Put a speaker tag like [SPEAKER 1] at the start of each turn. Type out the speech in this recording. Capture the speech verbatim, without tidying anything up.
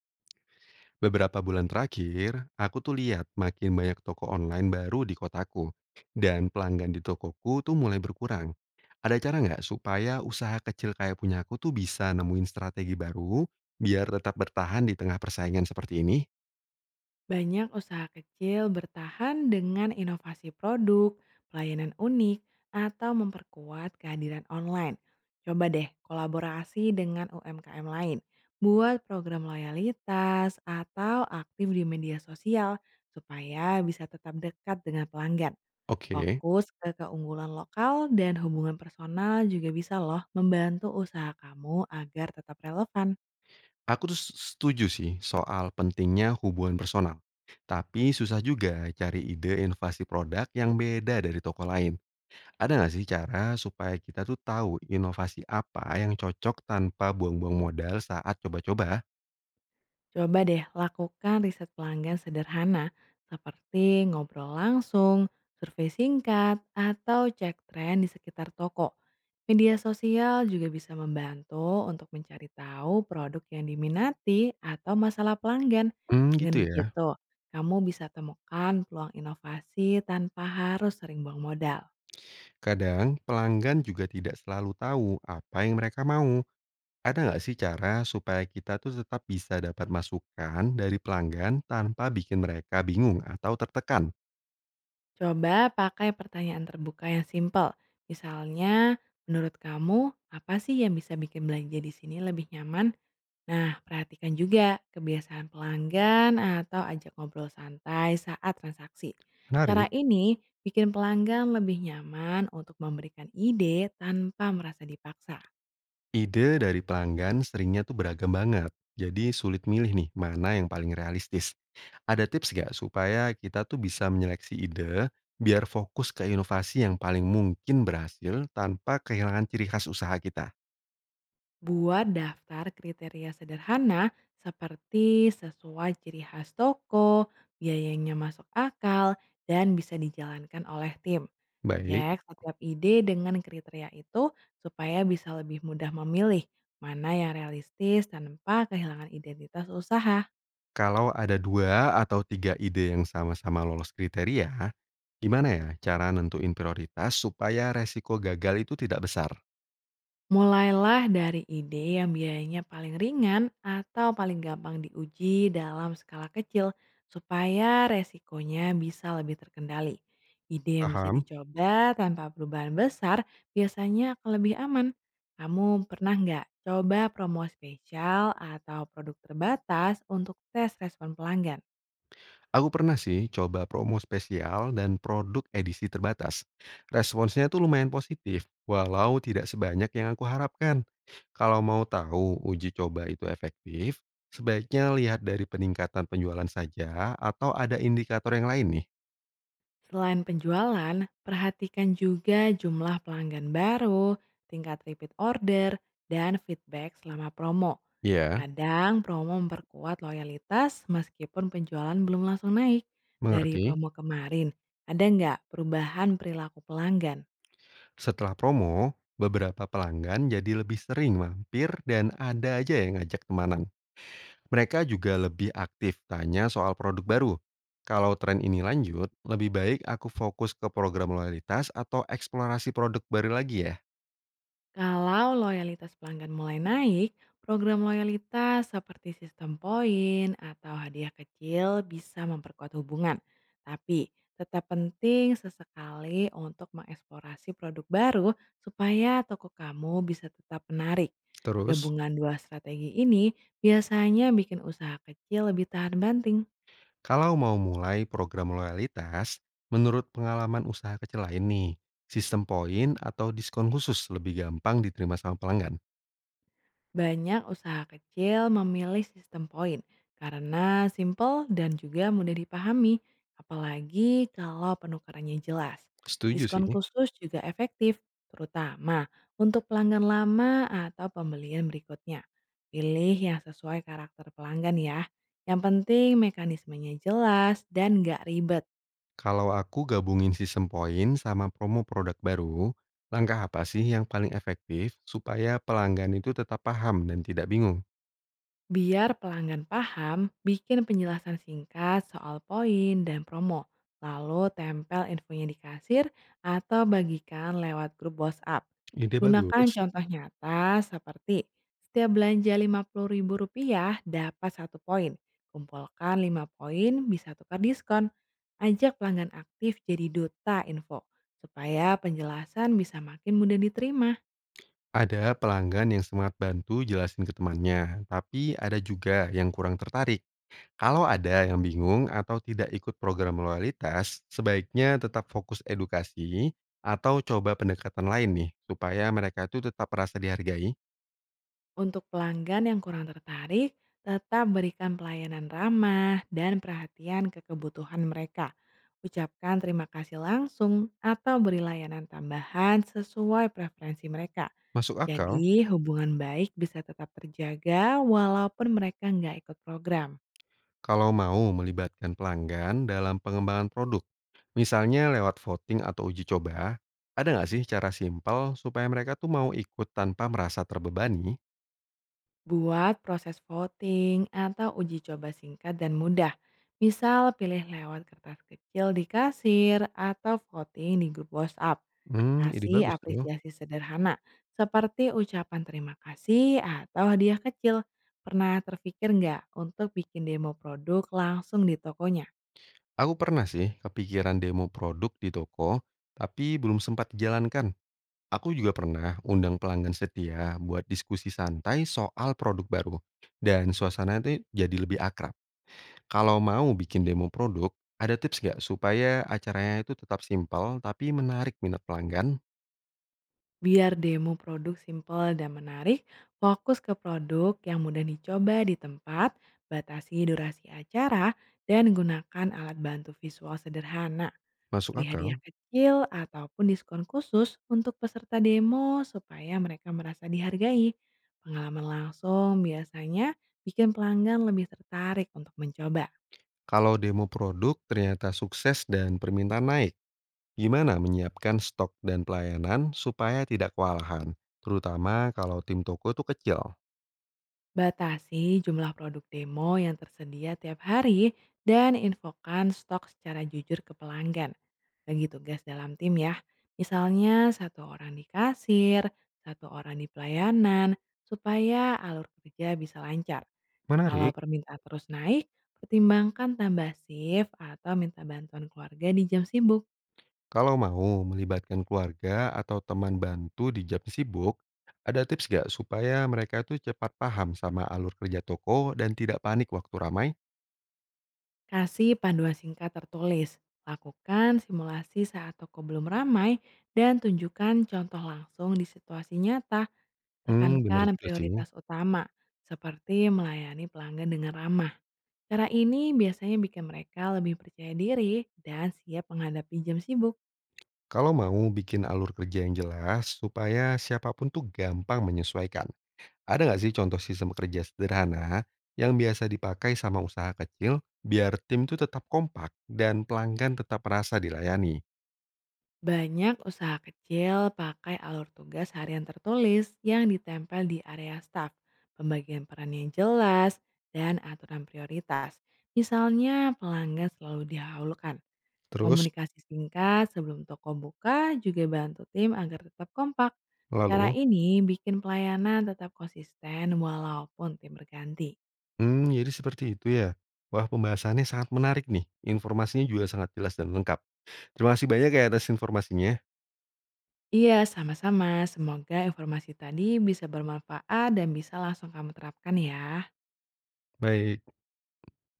[SPEAKER 1] Beberapa bulan terakhir, aku tuh lihat makin banyak toko online baru di kotaku, dan pelanggan di tokoku tuh mulai berkurang. Ada cara nggak supaya usaha kecil kayak punya aku tuh bisa nemuin strategi baru biar tetap bertahan di tengah persaingan seperti ini?
[SPEAKER 2] Banyak usaha kecil bertahan dengan inovasi produk, pelayanan unik, atau memperkuat kehadiran online. Coba deh kolaborasi dengan U M K M lain. Buat program loyalitas atau aktif di media sosial supaya bisa tetap dekat dengan pelanggan.
[SPEAKER 1] Oke,
[SPEAKER 2] Fokus ke keunggulan lokal dan hubungan personal juga bisa loh membantu usaha kamu agar tetap relevan.
[SPEAKER 1] aku tuh s- setuju sih soal pentingnya hubungan personal. Tapi susah juga cari ide inovasi produk yang beda dari toko lain. Ada nggak sih cara supaya kita tuh tahu inovasi apa yang cocok tanpa buang-buang modal saat coba-coba?
[SPEAKER 2] Coba deh lakukan riset pelanggan sederhana seperti ngobrol langsung, survei singkat, atau cek tren di sekitar toko. Media sosial juga bisa membantu untuk mencari tahu produk yang diminati atau masalah pelanggan.
[SPEAKER 1] Mmm,
[SPEAKER 2] Dengan
[SPEAKER 1] gitu ya.
[SPEAKER 2] begitu, kamu bisa temukan peluang inovasi tanpa harus sering buang modal.
[SPEAKER 1] Kadang pelanggan juga tidak selalu tahu apa yang mereka mau. Ada nggak sih cara supaya kita tuh tetap bisa dapat masukan dari pelanggan tanpa bikin mereka bingung atau tertekan?
[SPEAKER 2] Coba pakai pertanyaan terbuka yang simpel. Misalnya, menurut kamu apa sih yang bisa bikin belanja di sini lebih nyaman? Nah, perhatikan juga kebiasaan pelanggan atau ajak ngobrol santai saat transaksi. Cara
[SPEAKER 1] Menarik.
[SPEAKER 2] ini bikin pelanggan lebih nyaman untuk memberikan ide tanpa merasa dipaksa.
[SPEAKER 1] Ide dari pelanggan seringnya tuh beragam banget, jadi sulit milih nih mana yang paling realistis. Ada tips nggak supaya kita tuh bisa menyeleksi ide, biar fokus ke inovasi yang paling mungkin berhasil tanpa kehilangan ciri khas usaha kita?
[SPEAKER 2] Buat daftar kriteria sederhana seperti sesuai ciri khas toko, biaya yang masuk akal, dan bisa dijalankan oleh tim.
[SPEAKER 1] Baik,
[SPEAKER 2] Cek setiap ide dengan kriteria itu supaya bisa lebih mudah memilih mana yang realistis tanpa kehilangan identitas usaha.
[SPEAKER 1] kalau ada dua atau tiga ide yang sama-sama lolos kriteria, gimana ya cara nentuin prioritas supaya resiko gagal itu tidak besar?
[SPEAKER 2] Mulailah dari ide yang biayanya paling ringan atau paling gampang diuji dalam skala kecil supaya resikonya bisa lebih terkendali. Ide yang bisa
[SPEAKER 1] Paham?
[SPEAKER 2] dicoba tanpa perubahan besar biasanya akan lebih aman. Kamu pernah nggak coba promo spesial atau produk terbatas untuk tes respon pelanggan?
[SPEAKER 1] Aku pernah sih coba promo spesial dan produk edisi terbatas. Responsnya tuh lumayan positif, walau tidak sebanyak yang aku harapkan. Kalau mau tahu uji coba itu efektif, sebaiknya lihat dari peningkatan penjualan saja atau ada indikator yang lain nih.
[SPEAKER 2] Selain penjualan, perhatikan juga jumlah pelanggan baru, tingkat repeat order, dan feedback selama promo.
[SPEAKER 1] Iya,
[SPEAKER 2] Kadang promo memperkuat loyalitas meskipun penjualan belum langsung naik. Dari
[SPEAKER 1] mengerti.
[SPEAKER 2] promo kemarin, ada nggak perubahan perilaku pelanggan?
[SPEAKER 1] Setelah promo, beberapa pelanggan jadi lebih sering mampir dan ada aja yang ngajak temanan. Mereka juga lebih aktif tanya soal produk baru. Kalau tren ini lanjut, lebih baik aku fokus ke program loyalitas atau eksplorasi produk baru lagi ya.
[SPEAKER 2] Kalau loyalitas pelanggan mulai naik, program loyalitas seperti sistem poin atau hadiah kecil bisa memperkuat hubungan. Tapi tetap penting sesekali untuk mengeksplorasi produk baru supaya toko kamu bisa tetap menarik.
[SPEAKER 1] Terus,
[SPEAKER 2] Gabungan dua strategi ini biasanya bikin usaha kecil lebih tahan banting.
[SPEAKER 1] kalau mau mulai program loyalitas, menurut pengalaman usaha kecil lain nih, sistem poin atau diskon khusus lebih gampang diterima sama pelanggan.
[SPEAKER 2] Banyak usaha kecil memilih sistem poin karena simple dan juga mudah dipahami, apalagi kalau penukarannya jelas.
[SPEAKER 1] Setuju sih.
[SPEAKER 2] Diskon khusus juga efektif, terutama untuk pelanggan lama atau pembelian berikutnya. Pilih yang sesuai karakter pelanggan ya. Yang penting mekanismenya jelas dan nggak ribet.
[SPEAKER 1] Kalau aku gabungin sistem poin sama promo produk baru, langkah apa sih yang paling efektif supaya pelanggan itu tetap paham dan tidak bingung?
[SPEAKER 2] Biar pelanggan paham, bikin penjelasan singkat soal poin dan promo, lalu tempel infonya di kasir atau bagikan lewat grup WhatsApp.
[SPEAKER 1] Ide
[SPEAKER 2] Gunakan
[SPEAKER 1] bagus.
[SPEAKER 2] contoh nyata seperti setiap belanja rp rupiah dapat satu poin, kumpulkan lima poin bisa tukar diskon. Ajak pelanggan aktif jadi duta info supaya penjelasan bisa makin mudah diterima.
[SPEAKER 1] Ada pelanggan yang semangat bantu jelasin ke temannya, tapi ada juga yang kurang tertarik. Kalau ada yang bingung atau tidak ikut program loyalitas, sebaiknya tetap fokus edukasi atau coba pendekatan lain nih, supaya mereka itu tetap merasa dihargai.
[SPEAKER 2] Untuk pelanggan yang kurang tertarik, tetap berikan pelayanan ramah dan perhatian ke kebutuhan mereka. Ucapkan terima kasih langsung atau beri layanan tambahan sesuai preferensi mereka.
[SPEAKER 1] Masuk akal.
[SPEAKER 2] Jadi hubungan baik bisa tetap terjaga walaupun mereka nggak ikut program.
[SPEAKER 1] Kalau mau melibatkan pelanggan dalam pengembangan produk, misalnya lewat voting atau uji coba. Ada nggak sih cara simpel supaya mereka tuh mau ikut tanpa merasa terbebani?
[SPEAKER 2] Buat proses voting atau uji coba singkat dan mudah. Misal pilih lewat kertas kecil di kasir atau voting di grup WhatsApp.
[SPEAKER 1] Hmm, ide
[SPEAKER 2] Kasih
[SPEAKER 1] bagus tuh.
[SPEAKER 2] apresiasi sederhana, seperti ucapan terima kasih atau hadiah kecil. Pernah terpikir nggak untuk bikin demo produk langsung di tokonya?
[SPEAKER 1] Aku pernah sih kepikiran demo produk di toko, tapi belum sempat dijalankan. Aku juga pernah undang pelanggan setia buat diskusi santai soal produk baru. Dan suasana itu jadi lebih akrab. Kalau mau bikin demo produk, ada tips nggak supaya acaranya itu tetap simpel tapi menarik minat pelanggan?
[SPEAKER 2] Biar demo produk simple dan menarik, fokus ke produk yang mudah dicoba di tempat, batasi durasi acara, dan gunakan alat bantu visual sederhana.
[SPEAKER 1] Masuk
[SPEAKER 2] Beri hadiah
[SPEAKER 1] akal.
[SPEAKER 2] kecil ataupun diskon khusus untuk peserta demo supaya mereka merasa dihargai. Pengalaman langsung biasanya bikin pelanggan lebih tertarik untuk mencoba.
[SPEAKER 1] Kalau demo produk ternyata sukses dan permintaan naik, gimana menyiapkan stok dan pelayanan supaya tidak kewalahan? Terutama kalau tim toko itu kecil.
[SPEAKER 2] Batasi jumlah produk demo yang tersedia tiap hari dan infokan stok secara jujur ke pelanggan. Bagi tugas dalam tim ya, misalnya satu orang di kasir, satu orang di pelayanan, supaya alur kerja bisa lancar. Kalau
[SPEAKER 1] Menarik,
[SPEAKER 2] permintaan terus naik, pertimbangkan tambah shift atau minta bantuan keluarga di jam sibuk.
[SPEAKER 1] kalau mau melibatkan keluarga atau teman bantu di jam sibuk, ada tips nggak supaya mereka itu cepat paham sama alur kerja toko dan tidak panik waktu ramai?
[SPEAKER 2] Kasih panduan singkat tertulis, lakukan simulasi saat toko belum ramai, dan tunjukkan contoh langsung di situasi nyata.
[SPEAKER 1] Hmm, bener
[SPEAKER 2] Tekankan
[SPEAKER 1] juga sih.
[SPEAKER 2] prioritas utama, seperti melayani pelanggan dengan ramah. Cara ini biasanya bikin mereka lebih percaya diri dan siap menghadapi jam sibuk.
[SPEAKER 1] Kalau mau bikin alur kerja yang jelas, supaya siapapun tuh gampang menyesuaikan. Ada nggak sih contoh sistem kerja sederhana yang biasa dipakai sama usaha kecil biar tim tuh tetap kompak dan pelanggan tetap merasa dilayani?
[SPEAKER 2] Banyak usaha kecil pakai alur tugas harian tertulis yang ditempel di area staff, pembagian peran yang jelas, dan aturan prioritas. Misalnya pelanggan selalu dihahulukan.
[SPEAKER 1] Terus,
[SPEAKER 2] Komunikasi singkat sebelum toko buka juga bantu tim agar tetap kompak. Cara
[SPEAKER 1] lalu?
[SPEAKER 2] ini bikin pelayanan tetap konsisten walaupun tim berganti.
[SPEAKER 1] Hmm, jadi seperti itu ya? Wah, pembahasannya sangat menarik nih, informasinya juga sangat jelas dan lengkap. Terima kasih banyak ya atas informasinya.
[SPEAKER 2] Iya, sama-sama. Semoga informasi tadi bisa bermanfaat dan bisa langsung kamu terapkan ya.
[SPEAKER 1] Baik.